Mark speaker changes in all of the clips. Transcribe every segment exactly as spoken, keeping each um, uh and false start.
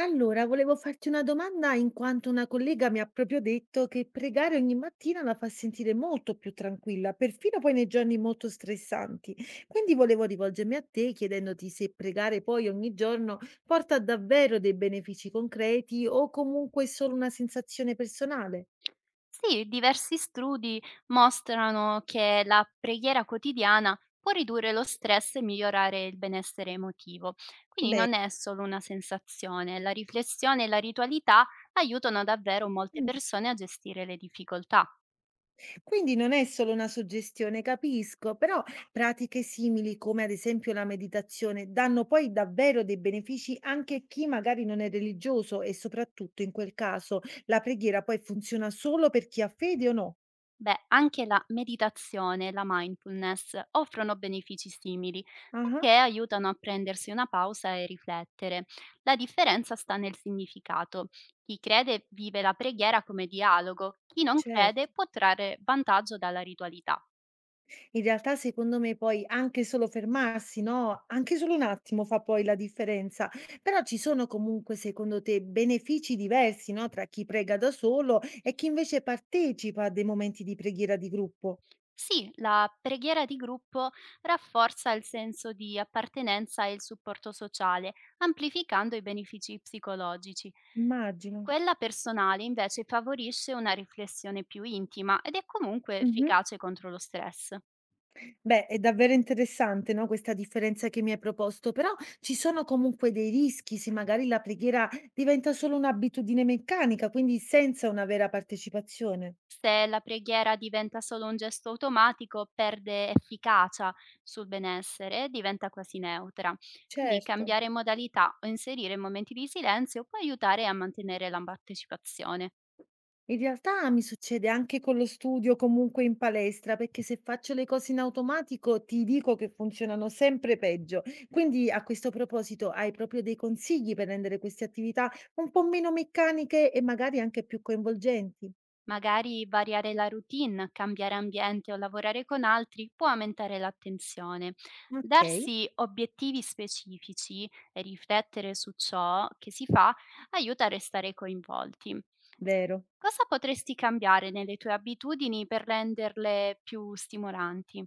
Speaker 1: Allora, volevo farti una domanda in quanto una collega mi ha proprio detto che pregare ogni mattina la fa sentire molto più tranquilla, perfino poi nei giorni molto stressanti. Quindi volevo rivolgermi a te chiedendoti se pregare poi ogni giorno porta davvero dei benefici concreti o comunque è solo una sensazione personale.
Speaker 2: Sì, diversi studi mostrano che la preghiera quotidiana può ridurre lo stress e migliorare il benessere emotivo. Quindi non è
Speaker 1: Bene.
Speaker 2: solo una sensazione, la riflessione e la ritualità aiutano davvero molte persone a gestire le difficoltà.
Speaker 1: Quindi non è solo una suggestione, capisco, però pratiche simili come ad esempio la meditazione danno poi davvero dei benefici anche a chi magari non è religioso e soprattutto in quel caso la preghiera poi funziona solo per chi ha fede o no?
Speaker 2: Beh, anche la meditazione e la mindfulness offrono benefici simili
Speaker 1: Ah.
Speaker 2: perché aiutano a prendersi una pausa e riflettere. La differenza sta nel significato. Chi crede vive la preghiera come dialogo, chi non
Speaker 1: Certo.
Speaker 2: crede può trarre vantaggio dalla ritualità.
Speaker 1: In realtà, secondo me, poi anche solo fermarsi, no? Anche solo un attimo fa poi la differenza. Però ci sono comunque, secondo te, benefici diversi, no? Tra chi prega da solo e chi invece partecipa a dei momenti di preghiera di gruppo.
Speaker 2: Sì, la preghiera di gruppo rafforza il senso di appartenenza e il supporto sociale, amplificando i benefici psicologici.
Speaker 1: Immagino.
Speaker 2: Quella personale invece favorisce una riflessione più intima ed è comunque
Speaker 1: Mh-mh.
Speaker 2: efficace contro lo stress.
Speaker 1: Beh, è davvero interessante, no, questa differenza che mi hai proposto, però ci sono comunque dei rischi se magari la preghiera diventa solo un'abitudine meccanica, quindi senza una vera partecipazione.
Speaker 2: Se la preghiera diventa solo un gesto automatico, perde efficacia sul benessere e diventa quasi neutra. Quindi
Speaker 1: Certo.
Speaker 2: cambiare modalità o inserire momenti di silenzio può aiutare a mantenere la partecipazione.
Speaker 1: In realtà mi succede anche con lo studio, comunque in palestra, perché se faccio le cose in automatico ti dico che funzionano sempre peggio. Quindi a questo proposito hai proprio dei consigli per rendere queste attività un po' meno meccaniche e magari anche più coinvolgenti?
Speaker 2: Magari variare la routine, cambiare ambiente o lavorare con altri può aumentare l'attenzione.
Speaker 1: Okay,
Speaker 2: Darsi obiettivi specifici e riflettere su ciò che si fa aiuta a restare coinvolti.
Speaker 1: vero.
Speaker 2: Cosa potresti cambiare nelle tue abitudini per renderle più stimolanti?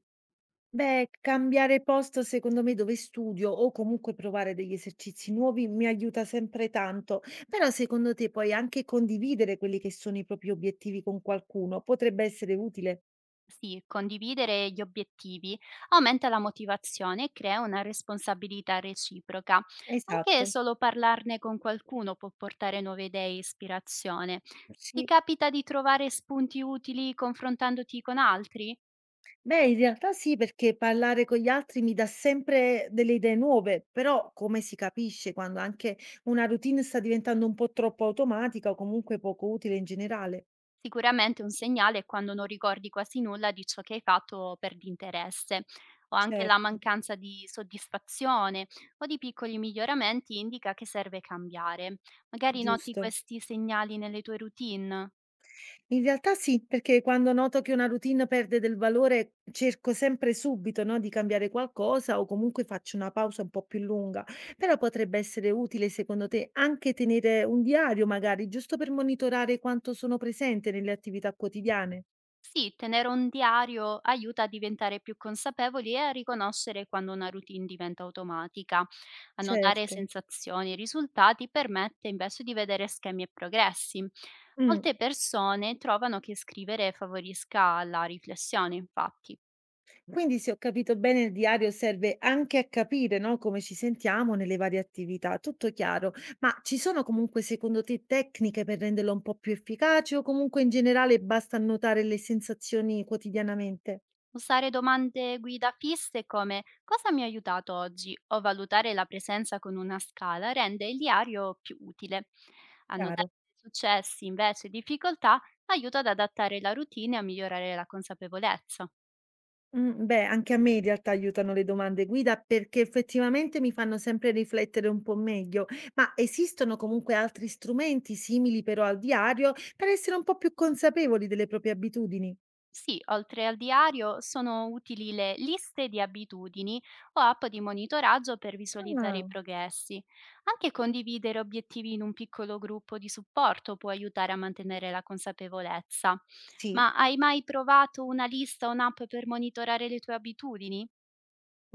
Speaker 1: Beh, c cambiare posto secondo me dove studio o comunque provare degli esercizi nuovi mi aiuta sempre tanto. Però secondo te poi anche condividere quelli che sono i propri obiettivi con qualcuno potrebbe essere utile?
Speaker 2: Sì, condividere gli obiettivi aumenta la motivazione e crea una responsabilità reciproca. Anche
Speaker 1: Esatto,
Speaker 2: solo parlarne con qualcuno può portare nuove idee e ispirazione. Ti
Speaker 1: sì.
Speaker 2: capita di trovare spunti utili confrontandoti con altri?
Speaker 1: Beh, in realtà sì, perché parlare con gli altri mi dà sempre delle idee nuove, però come si capisce quando anche una routine sta diventando un po' troppo automatica o comunque poco utile in generale?
Speaker 2: Sicuramente un segnale è quando non ricordi quasi nulla di ciò che hai fatto per l'interesse, o anche la
Speaker 1: Certo,
Speaker 2: mancanza di soddisfazione o di piccoli miglioramenti indica che serve cambiare. Magari noti
Speaker 1: giusto.
Speaker 2: questi segnali nelle tue routine?
Speaker 1: In realtà sì, perché quando noto che una routine perde del valore cerco sempre subito, no, di cambiare qualcosa o comunque faccio una pausa un po' più lunga. Però potrebbe essere utile, secondo te, anche tenere un diario, magari, giusto per monitorare quanto sono presente nelle attività quotidiane.
Speaker 2: Sì, tenere un diario aiuta a diventare più consapevoli e a riconoscere quando una routine diventa automatica. Annotare
Speaker 1: Certo.
Speaker 2: sensazioni e risultati permette invece di vedere schemi e progressi.
Speaker 1: Mm.
Speaker 2: Molte persone trovano che scrivere favorisca la riflessione, infatti.
Speaker 1: Quindi, se ho capito bene, il diario serve anche a capire, no, come ci sentiamo nelle varie attività, tutto chiaro. Ma ci sono comunque, secondo te, tecniche per renderlo un po' più efficace o comunque in generale basta annotare le sensazioni quotidianamente?
Speaker 2: Usare domande guida fisse come cosa mi ha aiutato oggi o valutare la presenza con una scala rende il diario più utile.
Speaker 1: Chiaro.
Speaker 2: Annotare successi invece e difficoltà aiuta ad adattare la routine e a migliorare la consapevolezza.
Speaker 1: Mm, beh, anche a me in realtà aiutano le domande guida perché effettivamente mi fanno sempre riflettere un po' meglio, ma esistono comunque altri strumenti simili però al diario per essere un po' più consapevoli delle proprie abitudini?
Speaker 2: Sì, oltre al diario sono utili le liste di abitudini o app di monitoraggio per visualizzare
Speaker 1: Ah,
Speaker 2: i progressi. Anche condividere obiettivi in un piccolo gruppo di supporto può aiutare a mantenere la consapevolezza.
Speaker 1: sì.
Speaker 2: Ma hai mai provato una lista o un'app per monitorare le tue abitudini?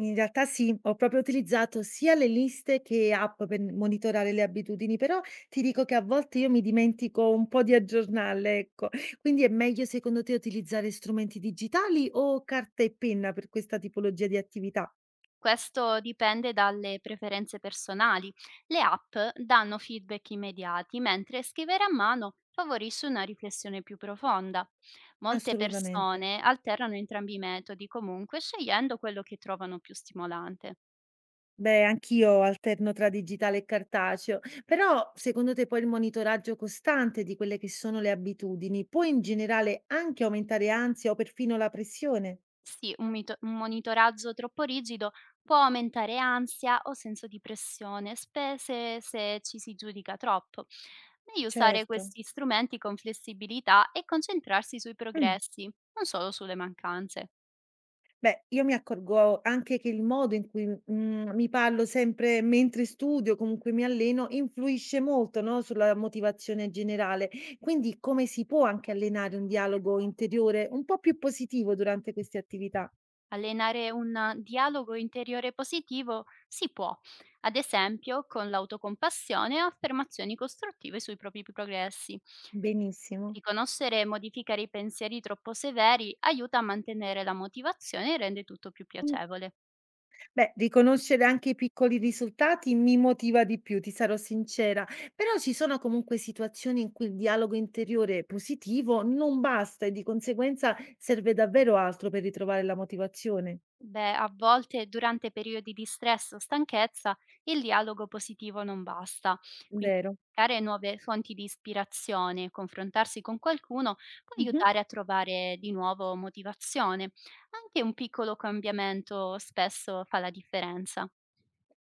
Speaker 1: In realtà sì, ho proprio utilizzato sia le liste che app per monitorare le abitudini, però ti dico che a volte io mi dimentico un po' di aggiornarle, ecco. Quindi è meglio secondo te utilizzare strumenti digitali o carta e penna per questa tipologia di attività?
Speaker 2: Questo dipende dalle preferenze personali. Le app danno feedback immediati, mentre scrivere a mano favorisce una riflessione più profonda. Molte
Speaker 1: Assolutamente.
Speaker 2: persone alternano entrambi i metodi, comunque scegliendo quello che trovano più stimolante.
Speaker 1: Beh, anch'io alterno tra digitale e cartaceo, però secondo te poi il monitoraggio costante di quelle che sono le abitudini può in generale anche aumentare ansia o perfino la pressione?
Speaker 2: Sì, un mito un monitoraggio troppo rigido può aumentare ansia o senso di pressione, spese se ci si giudica troppo. Meglio usare
Speaker 1: Certo.
Speaker 2: questi strumenti con flessibilità e concentrarsi sui
Speaker 1: Mm.
Speaker 2: progressi, non solo sulle mancanze.
Speaker 1: Beh, io mi accorgo anche che il modo in cui, mhmm, mi parlo sempre mentre studio, comunque mi alleno, influisce molto, no, sulla motivazione generale. Quindi come si può anche allenare un dialogo interiore un po' più positivo durante queste attività?
Speaker 2: Allenare un dialogo interiore positivo si può, ad esempio con l'autocompassione e affermazioni costruttive sui propri progressi.
Speaker 1: Benissimo.
Speaker 2: Riconoscere e modificare i pensieri troppo severi aiuta a mantenere la motivazione e rende tutto più
Speaker 1: Mh,
Speaker 2: piacevole.
Speaker 1: beh, riconoscere anche i piccoli risultati mi motiva di più, ti sarò sincera, però ci sono comunque situazioni in cui il dialogo interiore positivo non basta e di conseguenza serve davvero altro per ritrovare la motivazione.
Speaker 2: Beh, a volte durante periodi di stress o stanchezza il dialogo positivo non basta, quindi
Speaker 1: Vero.
Speaker 2: cercare nuove fonti di ispirazione, confrontarsi con qualcuno può
Speaker 1: Mh-mh.
Speaker 2: aiutare a trovare di nuovo motivazione. Anche un piccolo cambiamento spesso fa la differenza.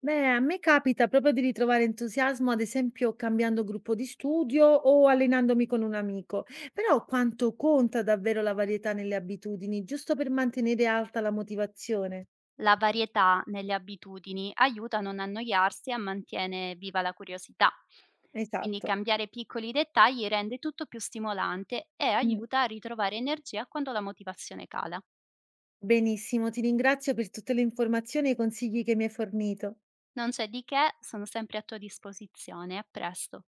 Speaker 1: Beh, a me capita proprio di ritrovare entusiasmo, ad esempio cambiando gruppo di studio o allenandomi con un amico. Però quanto conta davvero la varietà nelle abitudini, giusto per mantenere alta la motivazione?
Speaker 2: La varietà nelle abitudini aiuta a non annoiarsi e a mantiene viva la curiosità. Quindi
Speaker 1: Esatto.
Speaker 2: cambiare piccoli dettagli rende tutto più stimolante e
Speaker 1: Mh.
Speaker 2: aiuta a ritrovare energia quando la motivazione cala.
Speaker 1: Benissimo, ti ringrazio per tutte le informazioni e i consigli che mi hai fornito.
Speaker 2: Non c'è di che, sono sempre a tua disposizione. A presto.